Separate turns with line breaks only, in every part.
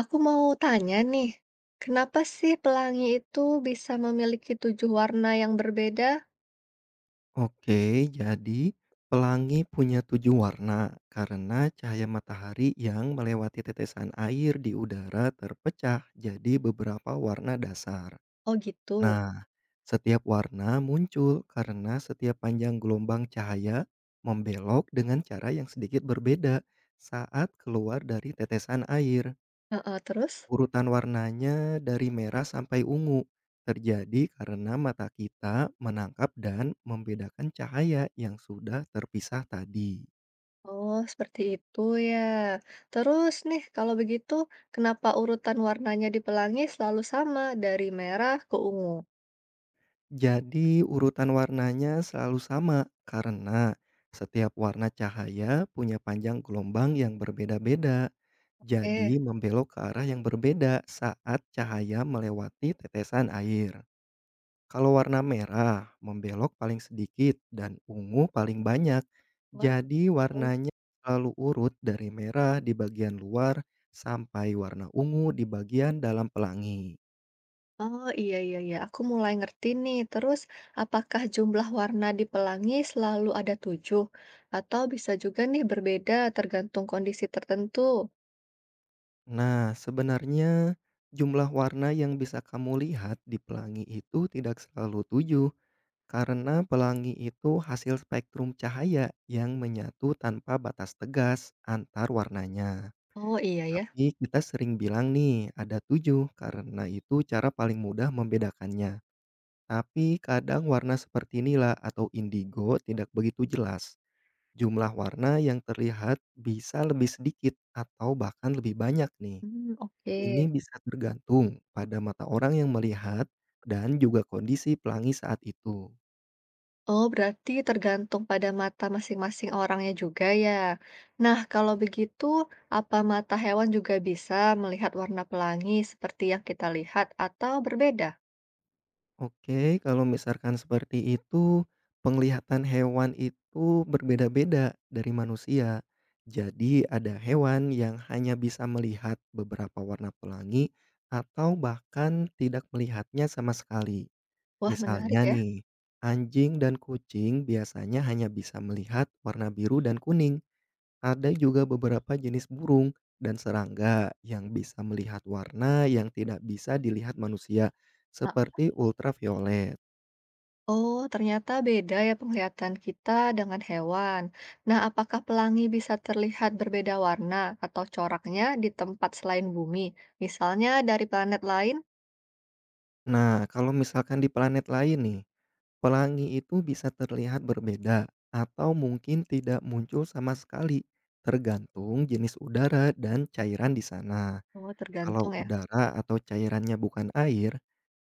Aku mau tanya nih, kenapa sih pelangi itu bisa memiliki 7 warna yang berbeda?
Oke, jadi pelangi punya 7 warna karena cahaya matahari yang melewati tetesan air di udara terpecah jadi beberapa warna dasar.
Oh gitu.
Nah, setiap warna muncul karena setiap panjang gelombang cahaya membelok dengan cara yang sedikit berbeda saat keluar dari tetesan air.
Heeh, terus?
Urutan warnanya dari merah sampai ungu. Terjadi karena mata kita menangkap dan membedakan cahaya yang sudah terpisah tadi.
Oh, seperti itu ya. Terus nih, kalau begitu, kenapa urutan warnanya di pelangi selalu sama dari merah ke ungu?
Jadi urutan warnanya selalu sama karena setiap warna cahaya punya panjang gelombang yang berbeda-beda.
Eh,
Jadi membelok ke arah yang berbeda saat cahaya melewati tetesan air. Kalau warna merah, membelok paling sedikit dan ungu paling banyak.
Wah,
Jadi
tahu.
warnanya selalu urut dari merah di bagian luar sampai warna ungu di bagian dalam pelangi.
Oh, iya iya iya, aku mulai ngerti nih. Terus, apakah jumlah warna di pelangi selalu ada 7? Atau bisa juga nih berbeda tergantung kondisi tertentu?
Nah, sebenarnya jumlah warna yang bisa kamu lihat di pelangi itu tidak selalu 7 karena pelangi itu hasil spektrum cahaya yang menyatu tanpa batas tegas antar warnanya.
Oh iya ya.
Tapi kita sering bilang nih ada 7 karena itu cara paling mudah membedakannya. Tapi kadang warna seperti nila atau indigo tidak begitu jelas. Jumlah warna yang terlihat bisa lebih sedikit atau bahkan lebih banyak nih.
Oke.
Ini bisa tergantung pada mata orang yang melihat dan juga kondisi pelangi saat itu.
Oh, berarti tergantung pada mata masing-masing orangnya juga ya. Nah, kalau begitu, apa mata hewan juga bisa melihat warna pelangi seperti yang kita lihat atau berbeda?
Oke, kalau misalkan seperti itu, penglihatan hewan itu berbeda-beda dari manusia. Jadi ada hewan yang hanya bisa melihat beberapa warna pelangi atau bahkan tidak melihatnya sama sekali.
Wah, menarik
Misalnya
ya.
nih, anjing dan kucing biasanya hanya bisa melihat warna biru dan kuning. Ada juga beberapa jenis burung dan serangga yang bisa melihat warna yang tidak bisa dilihat manusia, seperti ultraviolet.
Oh, ternyata beda ya penglihatan kita dengan hewan. Nah, apakah pelangi bisa terlihat berbeda warna atau coraknya di tempat selain bumi, misalnya dari planet lain?
Nah, kalau misalkan di planet lain nih, pelangi itu bisa terlihat berbeda atau mungkin tidak muncul sama sekali, tergantung jenis udara dan cairan di sana.
Oh,
Kalau
tergantung ya.
udara atau cairannya bukan air,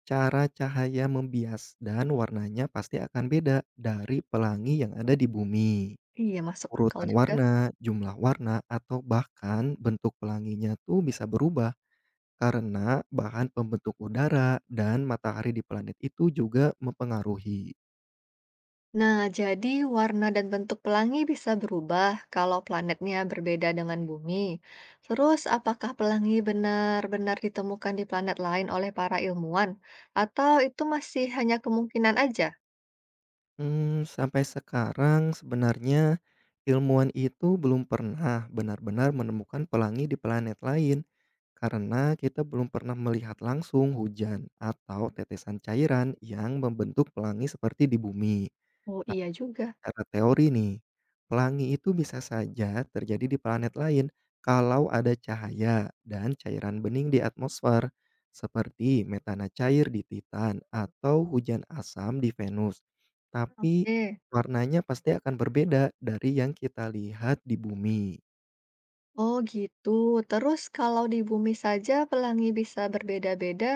cara cahaya membias dan warnanya pasti akan beda dari pelangi yang ada di bumi.
Iya, masuk akal
Urutan
juga.
warna, jumlah warna, atau bahkan bentuk pelanginya tuh bisa berubah. Karena bahan pembentuk udara dan matahari di planet itu juga mempengaruhi.
Nah, jadi warna dan bentuk pelangi bisa berubah kalau planetnya berbeda dengan bumi. Terus, apakah pelangi benar-benar ditemukan di planet lain oleh para ilmuwan, atau itu masih hanya kemungkinan aja?
Sampai sekarang sebenarnya ilmuwan itu belum pernah benar-benar menemukan pelangi di planet lain, karena kita belum pernah melihat langsung hujan atau tetesan cairan yang membentuk pelangi seperti di bumi.
Oh iya juga.
Secara teori nih, pelangi itu bisa saja terjadi di planet lain kalau ada cahaya dan cairan bening di atmosfer, seperti metana cair di Titan atau hujan asam di Venus. Tapi
Oke.
warnanya pasti akan berbeda dari yang kita lihat di bumi.
Oh gitu. Terus kalau di bumi saja pelangi bisa berbeda-beda,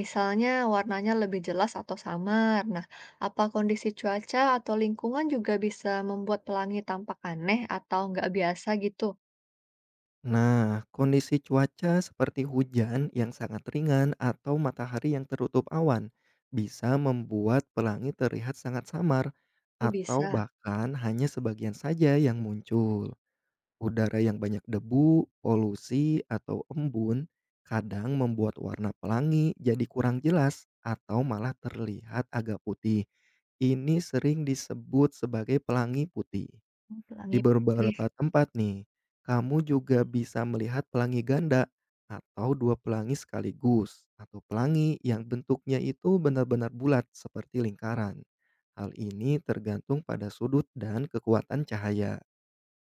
misalnya warnanya lebih jelas atau samar. Nah, apa kondisi cuaca atau lingkungan juga bisa membuat pelangi tampak aneh atau nggak biasa gitu?
Nah, kondisi cuaca seperti hujan yang sangat ringan atau matahari yang tertutup awan bisa membuat pelangi terlihat sangat samar
Oh
atau
bisa.
bahkan hanya sebagian saja yang muncul. Udara yang banyak debu, polusi, atau embun kadang membuat warna pelangi jadi kurang jelas atau malah terlihat agak putih. Ini sering disebut sebagai pelangi putih.
Oh,
Di
pelangi putih.
beberapa tempat nih, kamu juga bisa melihat pelangi ganda atau dua pelangi sekaligus, atau pelangi yang bentuknya itu benar-benar bulat seperti lingkaran. Hal ini tergantung pada sudut dan kekuatan cahaya.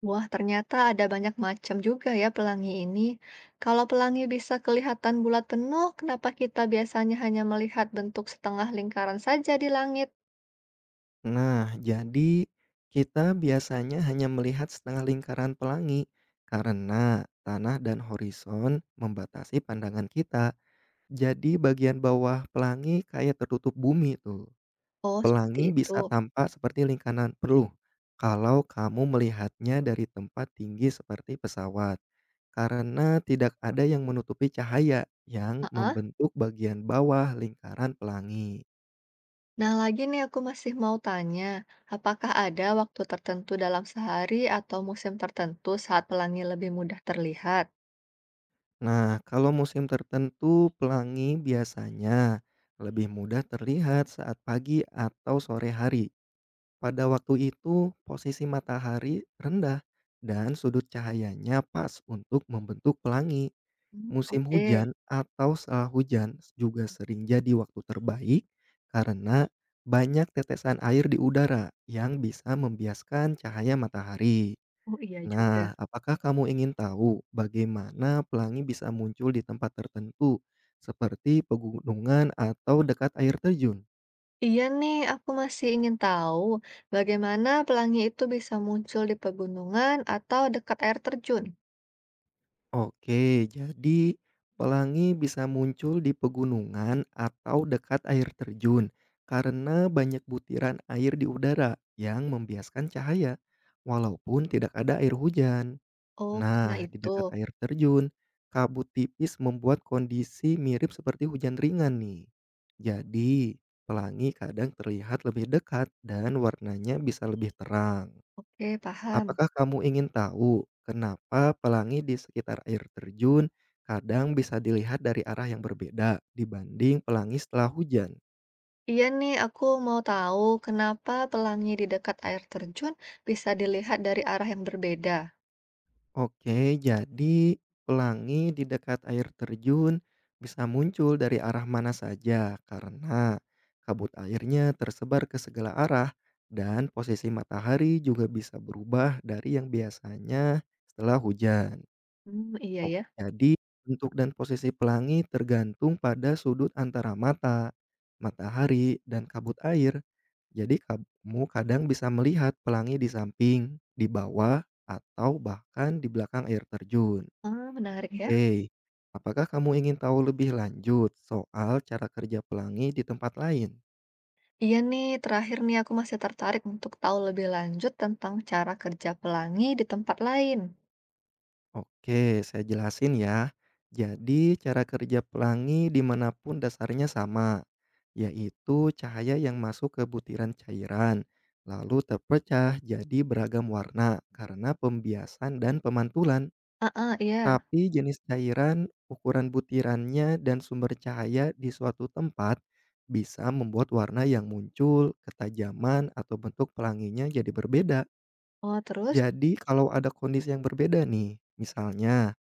Wah, ternyata ada banyak macam juga ya pelangi ini. Kalau pelangi bisa kelihatan bulat penuh, kenapa kita biasanya hanya melihat bentuk setengah lingkaran saja di langit?
Nah, jadi kita biasanya hanya melihat setengah lingkaran pelangi karena tanah dan horizon membatasi pandangan kita. Jadi bagian bawah pelangi kayak tertutup bumi tuh.
Oh, seperti
Pelangi
itu.
bisa tampak seperti lingkaran peluh kalau kamu melihatnya dari tempat tinggi seperti pesawat, karena tidak ada yang menutupi cahaya yang
Ah.
membentuk bagian bawah lingkaran pelangi.
Nah, lagi nih aku masih mau tanya, apakah ada waktu tertentu dalam sehari atau musim tertentu saat pelangi lebih mudah terlihat?
Nah, kalau musim tertentu, pelangi biasanya lebih mudah terlihat saat pagi atau sore hari. Pada waktu itu, posisi matahari rendah dan sudut cahayanya pas untuk membentuk pelangi. Musim
Oke.
hujan atau setelah hujan juga sering jadi waktu terbaik karena banyak tetesan air di udara yang bisa membiaskan cahaya matahari.
Oh iya juga.
Nah, apakah kamu ingin tahu bagaimana pelangi bisa muncul di tempat tertentu seperti pegunungan atau dekat air terjun?
Iya nih, aku masih ingin tahu bagaimana pelangi itu bisa muncul di pegunungan atau dekat air terjun.
Oke, jadi pelangi bisa muncul di pegunungan atau dekat air terjun karena banyak butiran air di udara yang membiaskan cahaya, walaupun tidak ada air hujan.
Oh, karena
Nah, di
itu.
dekat air terjun, kabut tipis membuat kondisi mirip seperti hujan ringan nih. Jadi, pelangi kadang terlihat lebih dekat dan warnanya bisa lebih terang.
Oke, paham.
Apakah kamu ingin tahu kenapa pelangi di sekitar air terjun kadang bisa dilihat dari arah yang berbeda dibanding pelangi setelah hujan?
Iya nih, aku mau tahu kenapa pelangi di dekat air terjun bisa dilihat dari arah yang berbeda.
Oke, jadi pelangi di dekat air terjun bisa muncul dari arah mana saja karena kabut airnya tersebar ke segala arah dan posisi matahari juga bisa berubah dari yang biasanya setelah hujan.
Iya
Oke,
ya.
jadi bentuk dan posisi pelangi tergantung pada sudut antara mata, matahari, dan kabut air. Jadi kamu kadang bisa melihat pelangi di samping, di bawah, atau bahkan di belakang air terjun.
Ah, menarik ya.
Oke, apakah kamu ingin tahu lebih lanjut soal cara kerja pelangi di tempat lain?
Iya nih, terakhir nih aku masih tertarik untuk tahu lebih lanjut tentang cara kerja pelangi di tempat lain.
Oke, saya jelasin ya. Jadi, cara kerja pelangi di mana dasarnya sama, yaitu cahaya yang masuk ke butiran cairan, lalu terpecah jadi beragam warna karena pembiasan dan pemantulan.
Ah iya.
Tapi jenis cairan, ukuran butirannya, dan sumber cahaya di suatu tempat bisa membuat warna yang muncul, ketajaman, atau bentuk pelanginya jadi berbeda.
Oh, terus?
Jadi kalau ada kondisi yang berbeda nih, misalnya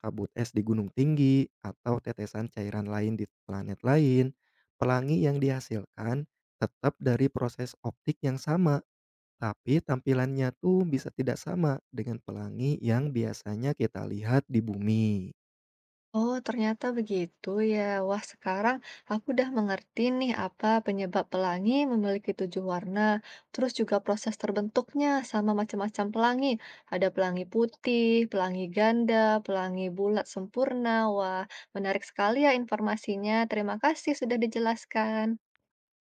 kabut es di gunung tinggi atau tetesan cairan lain di planet lain, pelangi yang dihasilkan tetap dari proses optik yang sama, tapi tampilannya tuh bisa tidak sama dengan pelangi yang biasanya kita lihat di bumi.
Oh, ternyata begitu ya. Wah, sekarang aku udah mengerti nih apa penyebab pelangi memiliki 7 warna, terus juga proses terbentuknya sama macam-macam pelangi. Ada pelangi putih, pelangi ganda, pelangi bulat sempurna. Wah, menarik sekali ya informasinya. Terima kasih sudah dijelaskan.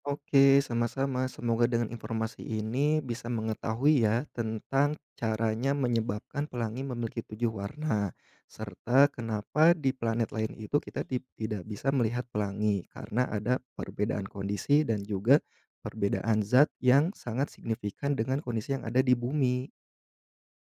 Oke, sama-sama. Semoga dengan informasi ini bisa mengetahui ya tentang caranya menyebabkan pelangi memiliki 7 warna, serta kenapa di planet lain itu kita tidak bisa melihat pelangi karena ada perbedaan kondisi dan juga perbedaan zat yang sangat signifikan dengan kondisi yang ada di bumi.